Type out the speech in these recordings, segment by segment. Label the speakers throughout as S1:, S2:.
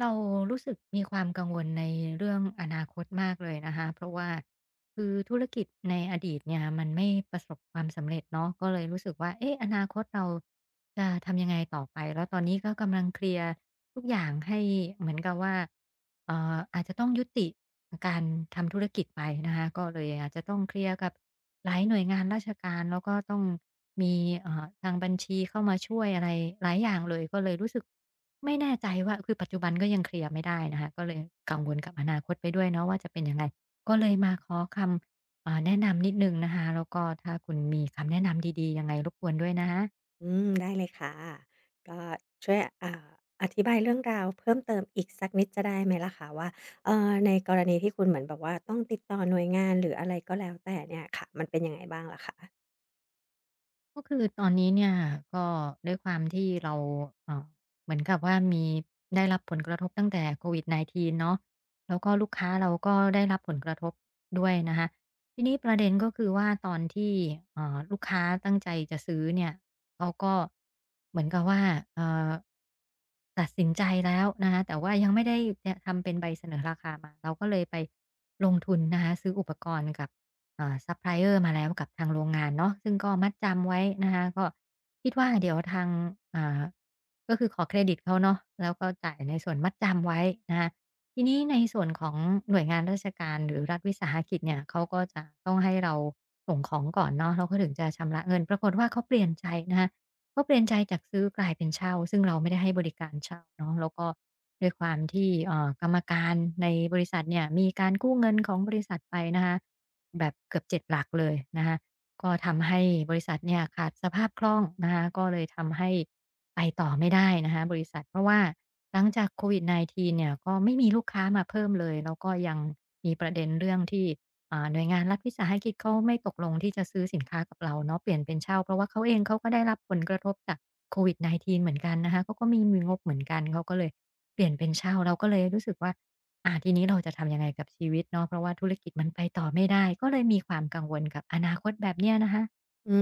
S1: เรารู้สึกมีความกังวลในเรื่องอนาคตมากเลยนะคะเพราะว่า คือธุรกิจในอดีตเนี่ยมันไม่ประสบความสำเร็จเนาะก็เลยรู้สึกว่าเอ๊ะอนาคตเราจะทำยังไงต่อไปแล้วตอนนี้ก็กำลังเคลียร์ทุกอย่างให้เหมือนกับว่าอาจจะต้องยุติการทำธุรกิจไปนะคะก็เลยอาจจะต้องเคลียร์กับหลายหน่วยงานราชการแล้วก็ต้องมีทางบัญชีเข้ามาช่วยอะไรหลายอย่างเลยก็เลยรู้สึกไม่แน่ใจว่าคือปัจจุบันก็ยังเคลียร์ไม่ได้นะคะก็เลยกังวลกับอนาคตไปด้วยเนาะว่าจะเป็นยังไง ก็เลยมาขอคำแนะนำนิดหนึ่งนะคะแล้วก็ถ้าคุณมีคำแนะนำดีๆยังไงรบกวนด้วยนะฮะ
S2: อืมได้เลยค่ะก็ช่วยอธิบายเรื่องราวเพิ่มเติมอีกสักนิดจะได้ไหมล่ะคะว่าในกรณีที่คุณเหมือนแบบว่าต้องติดต่อหน่วยงานหรืออะไรก็แล้วแต่เนี่ยค่ะมันเป็นยังไงบ้างล่ะคะ
S1: ก็คือตอนนี้เนี่ยก็ด้วยความที่เราเอ่อเหมือนกับว่ามีได้รับผลกระทบตั้งแต่โควิด -19 เก้าเนาะแล้วก็ลูกค้าเราก็ได้รับผลกระทบด้วยนะคะทีนี้ประเด็นก็คือว่าตอนที่ลูกค้าตั้งใจจะซื้อเนี่ยเขาก็เหมือนกับว่าเอ่อตัดสินใจแล้วนะคะแต่ว่ายังไม่ได้ทำเป็นใบเสนอราคามาเราก็เลยไปลงทุนนะคะซื้ออุปกรณ์กับ ซัปพลายเออร์มาแล้วกับทางโรงงานเนาะซึ่งก็มัดจำไว้นะคะก็คิดว่าเดี๋ยวทางอ่าก็คือขอเครดิตเขาเนาะแล้วก็จ่ายในส่วนมัดจำไว้นะคะทีนี้ในส่วนของหน่วยงานราชการหรือรัฐวิสาหกิจเนี่ยเขาก็จะต้องให้เราส่งของก่อนเนาะแล้วเขาถึงจะชำระเงินปรากฏว่าเขาเปลี่ยนใจนะคะเขาเปลี่ยนใจจากซื้อกลายเป็นเช่าซึ่งเราไม่ได้ให้บริการเช่าเนาะแล้วก็ด้วยความที่กรรมการในบริษัทเนี่ยมีการกู้เงินของบริษัทไปนะคะ แบบเกือบ7 หลักเลยนะคะก็ทำให้บริษัทเนี่ยขาดสภาพคล่องนะคะก็เลยทำให้ไปต่อไม่ได้นะคะบริษัท เพราะว่าหลังจากโควิด -19 เนี่ยก็ไม่มีลูกค้ามาเพิ่มเลย แล้วก็ยังมีประเด็นเรื่องที่หน่วยงานรัฐวิสาหกิจเขาไม่ตกลงที่จะซื้อสินค้ากับเราเนาะ เปลี่ยนเป็นเช่าเพราะว่าเขาเองเขาก็ได้รับผลกระทบจากโควิด -19 เหมือนกันนะคะเขาก็ไม่มีงบเหมือนกันเขาก็เลยเปลี่ยนเป็นเช่าเราก็เลยรู้สึกว่า อาทีนี้เราจะทำยังไงกับชีวิตเนาะเพราะว่าธุรกิจมันไปต่อไม่ได้ก็เลยมีความกังวลกับอนาคตแบบเนี้ยนะคะ
S2: อื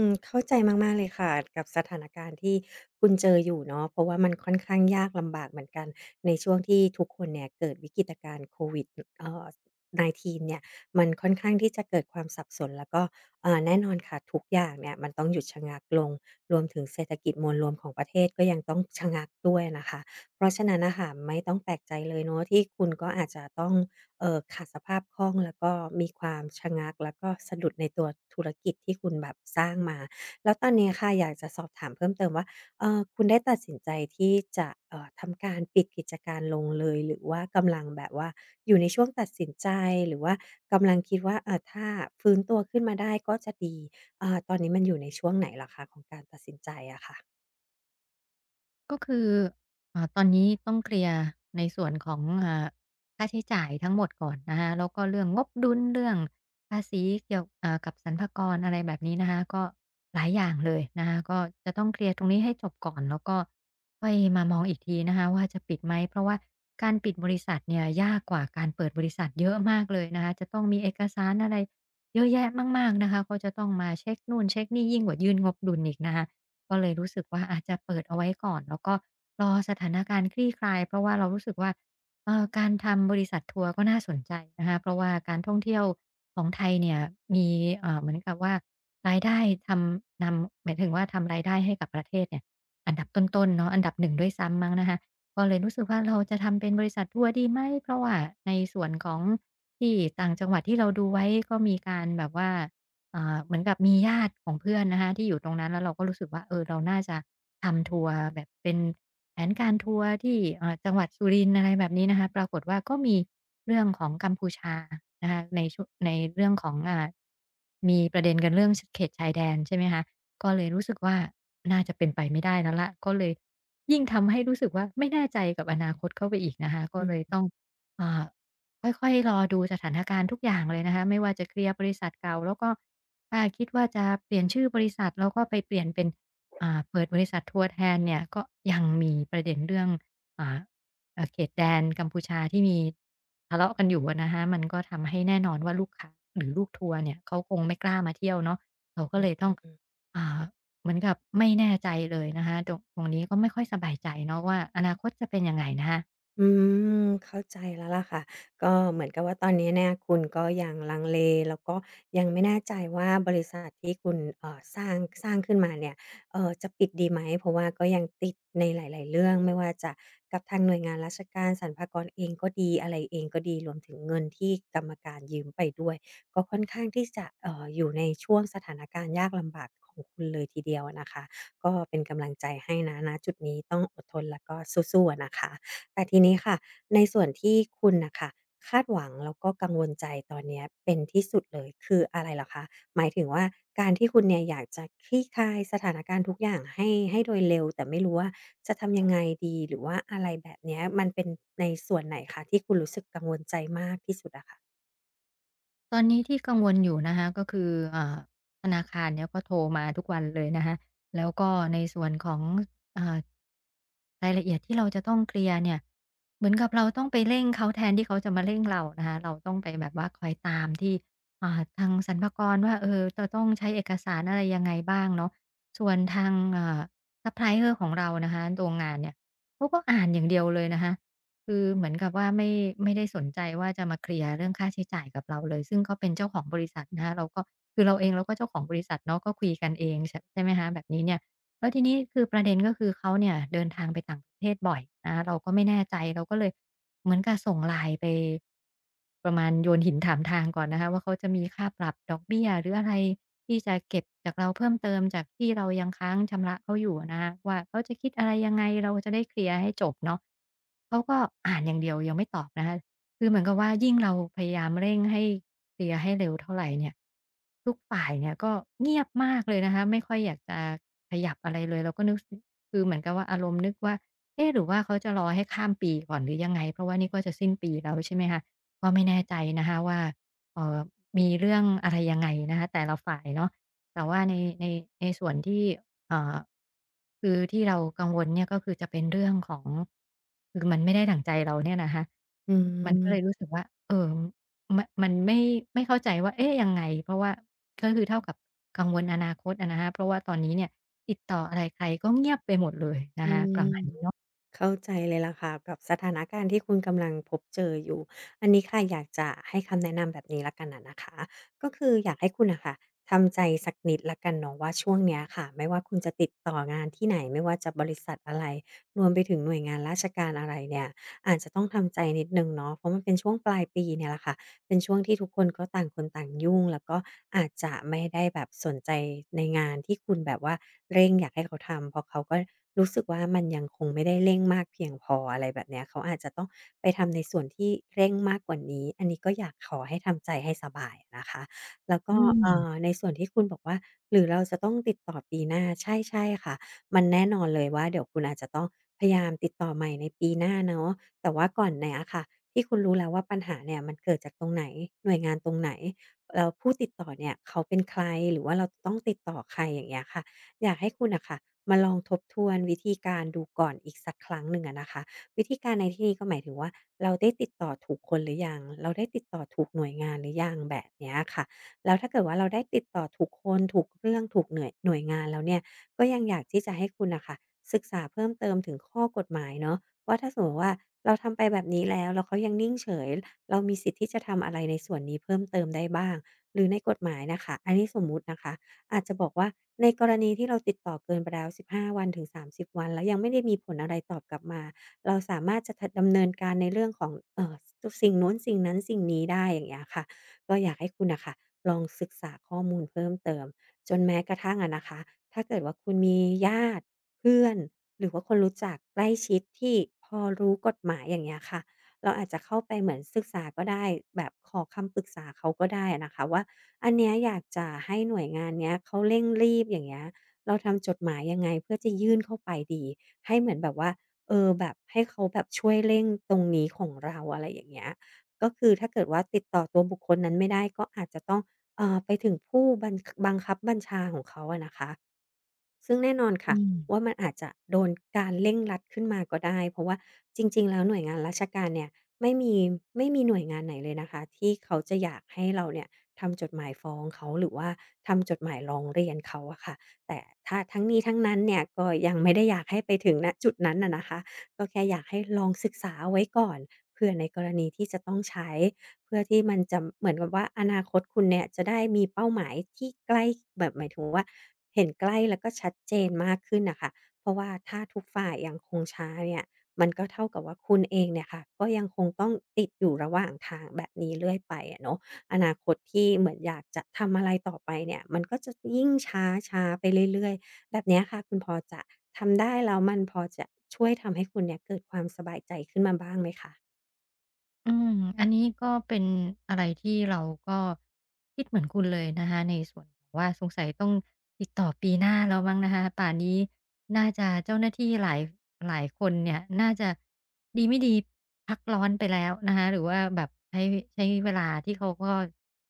S2: มเข้าใจมากๆเลยค่ะกับสถานการณ์ที่คุณเจออยู่เนาะเพราะว่ามันค่อนข้างยากลำบากเหมือนกันในช่วงที่ทุกคนเนี่ยเกิดวิกฤตการณ์โควิดเอ่อ19เก้าเนี่ยมันค่อนข้างที่จะเกิดความสับสนแล้วก็แน่นอนค่ะทุกอย่างเนี่ยมันต้องหยุดชะงักลงรวมถึงเศรษฐกิจมวลรวมของประเทศก็ยังต้องชะงักด้วยนะคะเพราะฉะนั้นน่ะค่ะไม่ต้องแปลกใจเลยเนาะที่คุณก็อาจจะต้อง ขาดสภาพคล่องแล้วก็มีความชะงักแล้วก็สะดุดในตัวธุรกิจที่คุณแบบสร้างมาแล้วตอนนี้ค่ะอยากจะสอบถามเพิ่มเติมว่าคุณได้ตัดสินใจที่จะทำการปิดกิจการลงเลยหรือว่ากำลังแบบว่าอยู่ในช่วงตัดสินใจหรือว่ากำลังคิดว่าถ้าฟื้นตัวขึ้นมาได้ก็จะดีตอนนี้มันอยู่ในช่วงไหนเหรอคะของการตัดสินใจอะค่ะ
S1: ก็คือตอนนี้ต้องเคลียร์ในส่วนของค่าใช้จ่ายทั้งหมดก่อนนะคะแล้วก็เรื่องงบดุลเรื่องภาษีเกี่ยวกับสรรพากรอะไรแบบนี้นะคะก็หลายอย่างเลยนะคะก็จะต้องเคลียร์ตรงนี้ให้จบก่อนแล้วก็ค่อยมามองอีกทีนะคะว่าจะปิดไหมเพราะว่าการปิดบริษัทเนี่ยยากกว่าการเปิดบริษัทเยอะมากเลยนะคะจะต้องมีเอกสารอะไรเยอะแยะมากๆนะคะก็จะต้องมาเช็กนู่นเช็กนี่ยิ่งกว่ายื่นงบดุลอีกนะคะ ก็เลยรู้สึกว่าอาจจะเปิดเอาไว้ก่อนแล้วก็รอสถานการณ์คลี่คลายเพราะว่าเรารู้สึกว่าการทำบริษัททัวร์ก็น่าสนใจนะคะเพราะว่าการท่องเที่ยวของไทยเนี่ยมีเหมือนกับว่ารายได้ทำนำหมายถึงว่าทำรายได้ให้กับประเทศเนี่ยอันดับต้นๆเนาะอันดับหนึ่งด้วยซ้ำมั้งนะคะก็เลยรู้สึกว่าเราจะทำเป็นบริษัททัวร์ดีไหมเพราะว่าในส่วนของที่ต่างจังหวัดที่เราดูไว้ก็มีการแบบว่า เหมือนกับมีญาติของเพื่อนนะคะที่อยู่ตรงนั้นแล้วเราก็รู้สึกว่าเออเราน่าจะทำทัวร์แบบเป็นแผนการทัวร์ที่จังหวัดสุรินทร์อะไรแบบนี้นะคะปรากฏว่าก็มีเรื่องของกัมพูชานะคะในช่วงในเรื่องของมีประเด็นกันเรื่องชเขตชายแดนใช่ไหมคะก็เลยรู้สึกว่าน่าจะเป็นไปไม่ได้แล้วล่ะก็เลยยิ่งทำให้รู้สึกว่าไม่แน่ใจกับอนาคตเข้าไปอีกนะคะก็เลย
S2: อือ
S1: ต้องอ่าค่อยๆรอดูสถานการณ์ทุกอย่างเลยนะคะไม่ว่าจะเคลียร์บริษัทเก่าแล้วก็ ถ้าคิดว่าจะเปลี่ยนชื่อบริษัทแล้วก็ไปเปลี่ยนเป็นเปิดบริษัททัวร์แทนเนี่ยก็ยังมีประเด็นเรื่องอ่าเขตแดนกัมพูชาที่มีทะเลาะกันอยู่อะนะคะมันก็ทำให้แน่นอนว่าลูกค้าหรือลูกทัวร์เนี่ยเขาคงไม่กล้ามาเที่ยวเนาะเราก็เลยต้อง
S2: ฮึ
S1: อ่าเหมือนกับไม่แน่ใจเลยนะคะตรงนี้ก็ไม่ค่อยสบายใจเนาะว่าอนาคตจะเป็นยังไงนะคะ
S2: อืมเข้าใจแล้วล่ะค่ะก็เหมือนกับว่าตอนนี้เนี่ยคุณก็ยังลังเลแล้วก็ยังไม่แน่ใจว่าบริษัทที่คุณสร้างขึ้นมาเนี่ยจะปิดดีไหมเพราะว่าก็ยังติดในหลายๆเรื่องไม่ว่าจะกับทางหน่วยงานราชการสรรพากรเองก็ดีอะไรเองก็ดีรวมถึงเงินที่กรรมการยืมไปด้วยก็ค่อนข้างที่จะอยู่ในช่วงสถานการณ์ยากลำบากของคุณเลยทีเดียวอะนะคะก็เป็นกำลังใจให้นะณจุดนี้ต้องอดทนแล้วก็สู้ๆอะนะคะ แต่ทีนี้ค่ะในส่วนที่คุณน่ะค่ะคาดหวังแล้วก็กังวลใจตอนเนี้ยเป็นที่สุดเลยคืออะไรเหรอคะหมายถึงว่าการที่คุณเนี่ยอยากจะคลี่คลายสถานการณ์ทุกอย่างให้โดยเร็วแต่ไม่รู้ว่าจะทำยังไงดีหรือว่าอะไรแบบเนี้ยมันเป็นในส่วนไหนคะที่คุณรู้สึกกังวลใจมากที่สุดอะค่ะ
S1: ตอนนี้ที่กังวลอยู่นะคะก็คือเอ่าธนาคารเนี่ยก็โทรมาทุกวันเลยนะคะแล้วก็ในส่วนของเอ่อรายละเอียดที่เราจะต้องเคลียร์เนี่ยเหมือนกับเราต้องไปเร่งเขาแทนที่เขาจะมาเร่งเรานะคะเราต้องไปแบบว่าคอยตามที่ทางสรรพากรว่าเออจะต้องใช้เอกสารอะไรยังไงบ้างเนาะส่วนทางซัพพลายเออร์ของเรานะคะโรงงานเนี่ยเขาก็อ่านอย่างเดียวเลยนะคะ คือเหมือนกับว่าไม่ได้สนใจว่าจะมาเคลียร์เรื่องค่าใช้จ่ายกับเราเลยซึ่งเขาเป็นเจ้าของบริษัทนะคะเราก็คือเราเองเราก็เจ้าของบริษัทเนาะก็คุยกันเองชใช่ไหมคะแบบนี้เนี่ย แล้วทีนี้คือประเด็นก็คือเขาเนี่ยเดินทางไปต่างประเทศบ่อยนะเราก็ไม่แน่ใจเราก็เลยเหมือนกับส่ง LINE ไปประมาณโยนหินถามทางก่อนนะคะว่าเขาจะมีค่าปรับดอกเบี้ยหรืออะไรที่จะเก็บจากเราเพิ่มเติมจากที่เรายังค้างชำระเขาอยู่นะคะว่าเขาจะคิดอะไรยังไงเราจะได้เคลียร์ให้จบเนาะเขาก็อ่านอย่างเดียวยังไม่ตอบนะคะ คือเหมือนกับว่ายิ่งเราพยายามเร่งให้เคลียร์ให้เร็วเท่าไรเนี่ยทุกฝ่ายเนี่ยก็เงียบมากเลยนะคะไม่ค่อยอยากจะขยับอะไรเลยเราก็นึกสคือเหมือนกับว่าอารมณ์นึกว่าเอ๊ะหรือว่าเขาจะรอให้ข้ามปีก่อนหรือยังไงเพราะว่านี่ก็จะสิ้นปีแล้วใช่ไหมคะก็ไม่แน่ใจนะคะว่าเอ่อมีเรื่องอะไรยังไงนะคะแต่ละฝ่ายเนาะแต่ว่าในในส่วนที่เอ่อคือที่เรากังวลเนี่ยก็คือจะเป็นเรื่องของคือมันไม่ได้ดั่งใจเราเนี่ยนะคะ
S2: อื
S1: มัน
S2: ม
S1: ก็เลยรู้สึกว่าเออมนมันไม่เข้าใจว่า เอ๊ะยังไง เพราะว่า ก็คือเท่ากับกังวลอนาคตอะนะคะเพราะว่าตอนนี้เนี่ยติดต่ออะไรใครก็เงียบไปหมดเลยนะ
S2: อื
S1: คะป
S2: ม
S1: ระมาณนี้เนาะ
S2: เข้าใจเลยล่ะค่ะกับสถานการณ์ที่คุณกำลังพบเจออยู่อันนี้ค่ะอยากจะให้คำแนะนำแบบนี้และกันน่ะนะคะก็คืออยากให้คุณน่ะค่ะทำใจสักนิดและกันเนาะว่าช่วงเนี้ยค่ะไม่ว่าคุณจะติดต่องานที่ไหนไม่ว่าจะบริษัทอะไรรวมไปถึงหน่วยงานราชการอะไรเนี่ยอาจจะต้องทำใจนิดหนึ่งเนาะเพราะมันเป็นช่วงปลายปีเนี่ยแหละค่ะเป็นช่วงที่ทุกคนก็ต่างคนต่างยุ่งแล้วก็อาจจะไม่ได้แบบสนใจในงานที่คุณแบบว่าเร่งอยากให้เขาทำเพราะเขาก็ รู้สึกว่ามันยังคงไม่ได้เร่งมากเพียงพออะไรแบบเนี้ยเขาอาจจะต้องไปทำในส่วนที่เร่งมากกว่านี้อันนี้ก็อยากขอให้ทำใจให้สบายอะนะคะแล้วก็
S1: อืม
S2: ในส่วนที่คุณบอกว่าหรือเราจะต้องติดต่อปีหน้าใช่ค่ะมันแน่นอนเลยว่าเดี๋ยวคุณอาจจะต้องพยายามติดต่อใหม่ในปีหน้าเนาะแต่ว่าก่อนเนี้ยค่ะที่คุณรู้แล้วว่าปัญหาเนี่ยมันเกิดจากตรงไหนหน่วยงานตรงไหนแล้วผู้ติดต่อเนี่ยเขาเป็นใครหรือว่าเราจะต้องติดต่อใครอย่างเงี้ยค่ะ อยากให้คุณอะค่ะมาลองทบทวนวิธีการดูก่อนอีกสักครั้งหนึ่งอะนะคะวิธีการในที่นี้ก็หมายถึงว่าเราได้ติดต่อถูกคนหรือยังเราได้ติดต่อถูกหน่วยงานหรือยังแบบเนี้ยค่ะแล้วถ้าเกิดว่าเราได้ติดต่อถูกคนถูกเรื่องถูกหน่วยงานแล้วเนี่ยก็ยังอยากที่จะให้คุณน่ะค่ะศึกษาเพิ่มเติมถึงข้อกฎหมายเนาะว่าถ้าสมมุติว่าเราทำไปแบบนี้แล้วเขายังนิ่งเฉยเรามีสิทธิ์ที่จะทำอะไรในส่วนนี้เพิ่มเติมได้บ้างหรือในกฎหมายน่ะค่ะอันนี้สมมุตินะคะ อาจจะบอกว่าในกรณีที่เราติดต่อเกินไปแล้ว15 วันถึง 30 วันแล้วยังไม่ได้มีผลอะไรตอบกลับมา เราสามารถจะทดำเนินการในเรื่องของสสิ่งนู้นสิ่งนั้นสิ่งนี้ได้อย่างเงี้ยค่ะก็อยากให้คุณน่ะค่ะลองศึกษาข้อมูลเพิ่มเติมจนแม้กระทั่งอะนะคะถ้าเกิดว่าคุณมีญาติเพื่อนหรือว่าคนรู้จักใกล้ชิดที่พอรู้กฎหมายอย่างเงี้ยค่ะเราอาจจะเข้าไปเหมือนศึกษาก็ได้แบบขอคำปรึกษาเขาก็ได้อะนะคะว่า อันเนี้ยอยากจะให้หน่วยงานเนี้ยเขาเร่งรีบอย่างเงี้ยเราทำจดหมายยังไงเพื่อจะยื่นเข้าไปดีให้เหมือนแบบว่าเออแบบให้เขาแบบช่วยเร่งตรงนี้ของเราอะไรอย่างเงี้ยก็คือถ้าเกิดว่าติดต่อตัวบุคคลนั้นไม่ได้ก็อาจจะต้องไปถึงผู้บังคับบัญชาของเขาอะนะคะซึ่งแน่นอนค่ะ
S1: อืม
S2: ว่ามันอาจจะโดนการเร่งรัดขึ้นมาก็ได้เพราะว่าจริงๆแล้วหน่วยงานราชการเนี่ยไม่มีไม่มีหน่วยงานไหนเลยนะคะที่เขาจะอยากให้เราเนี่ย ทำจดหมายฟ้องเขาหรือว่าทำจดหมายร้องเรียนเขาอะค่ะแต่ถ้าทั้งนี้ทั้งนั้นเนี่ยก็ยังไม่ได้อยากให้ไปถึงณจุดนั้นน่ะนะคะก็แค่อยากให้ลองศึกษาเอาไว้ก่อนเผื่อในกรณีที่จะต้องใช้เพื่อที่มันจะเหมือนกับว่าอนาคตคุณเนี่ยจะได้มีเป้าหมายที่ใกล้แบบหมายถึงว่าเห็นใกล้แล้วก็ชัดเจนมากขึ้นน่ะค่ะเพราะว่าถ้าทุกฝ่ายยังคงช้าเนี่ยมันก็เท่ากับว่าคุณเองเนี่ยค่ะก็ยังคงต้องติดอยู่ระหว่างทางแบบนี้เรื่อยไปอะเนาะ อนาคตที่เหมือนอยากจะทำอะไรต่อไปเนี่ยมันก็จะยิ่งช้าๆไปเรื่อยๆแบบเนี้ยค่ะคุณพอจะทำได้แล้วมันพอจะช่วยทำให้คุณเนี่ยเกิดความสบายใจขึ้นมาบ้างไหมคะ
S1: อืมอันนี้ก็เป็นอะไรที่เราก็คิดเหมือนคุณเลยนะคะในส่วนของว่าสงสัยต้องติดต่อปีหน้าแล้วมั้งนะคะป่านนี้น่าจะเจ้าหน้าที่หลายคนเนี่ยน่าจะดีไม่ดีพักร้อนไปแล้วนะคะหรือว่าแบบใช้เวลาที่เขาก็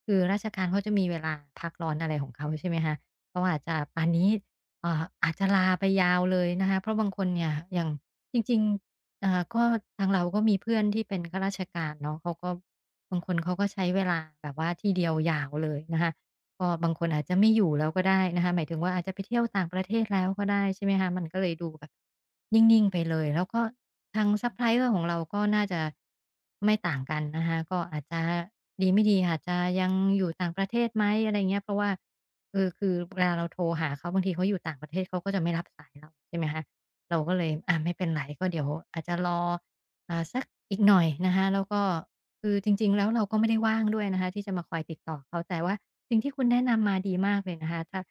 S1: คือราชการเขาจะมีเวลาพักร้อนอะไรของเขาใช่ไหมคะเขาอาจจะป่านนี้อาจจะลาไปยาวเลยนะคะเพราะบางคนเนี่ยอย่างจริงๆ ก็ทางเราก็มีเพื่อนที่เป็นข้าราชการเนาะเขาก็บางคนเขาก็ใช้เวลาแบบว่าที่เดียวยาวเลยนะคะก็บางคนอาจจะไม่อยู่แล้วก็ได้นะคะหมายถึงว่าอาจจะไปเที่ยวต่างประเทศแล้วก็ได้ใช่ไหมคะมันก็เลยดูแบบนิ่งๆไปเลยแล้วก็ทางซัปพลายเออร์ของเราก็น่าจะไม่ต่างกันนะคะก็อาจจะดีไม่ดีอาจจะยังอยู่ต่างประเทศไหมอะไรเงี้ยเพราะว่าเออคือเวลาเราโทรหาเขาบางทีเขาอยู่ต่างประเทศเขาก็จะไม่รับสายเราใช่ไหมคะ เราก็เลยไม่เป็นไรก็เดี๋ยวอาจจะรอสักอีกหน่อยนะคะแล้วก็คือจริงๆแล้วเราก็ไม่ได้ว่างด้วยนะคะที่จะมาคอยติดต่อเขาแต่ว่าสิ่งที่คุณแนะนำมาดีมากเลยนะคะถ้า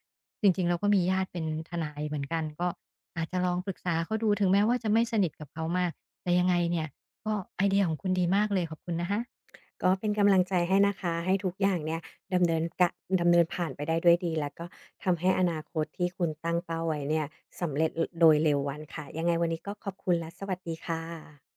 S1: จริงๆเราก็มีญาติเป็นทนายเหมือนกันก็อาจจะลองปรึกษาเขาดูถึงแม้ว่าจะไม่สนิทกับเขามากแต่ยังไงเนี่ยก็ไอเดียของคุณดีมากเลยขอบคุณนะคะ
S2: ก็เป็นกำลังใจให้นะคะให้ทุกอย่างเนี่ยดำเนินกะดำเนินผ่านไปได้ด้วยดีแล้วก็ทำให้อนาคตที่คุณตั้งเป้าไว้เนี่ยสำเร็จอโดยเร็ววันค่ะยังไงวันนี้ก็ขอบคุณและสวัสดีค่ะ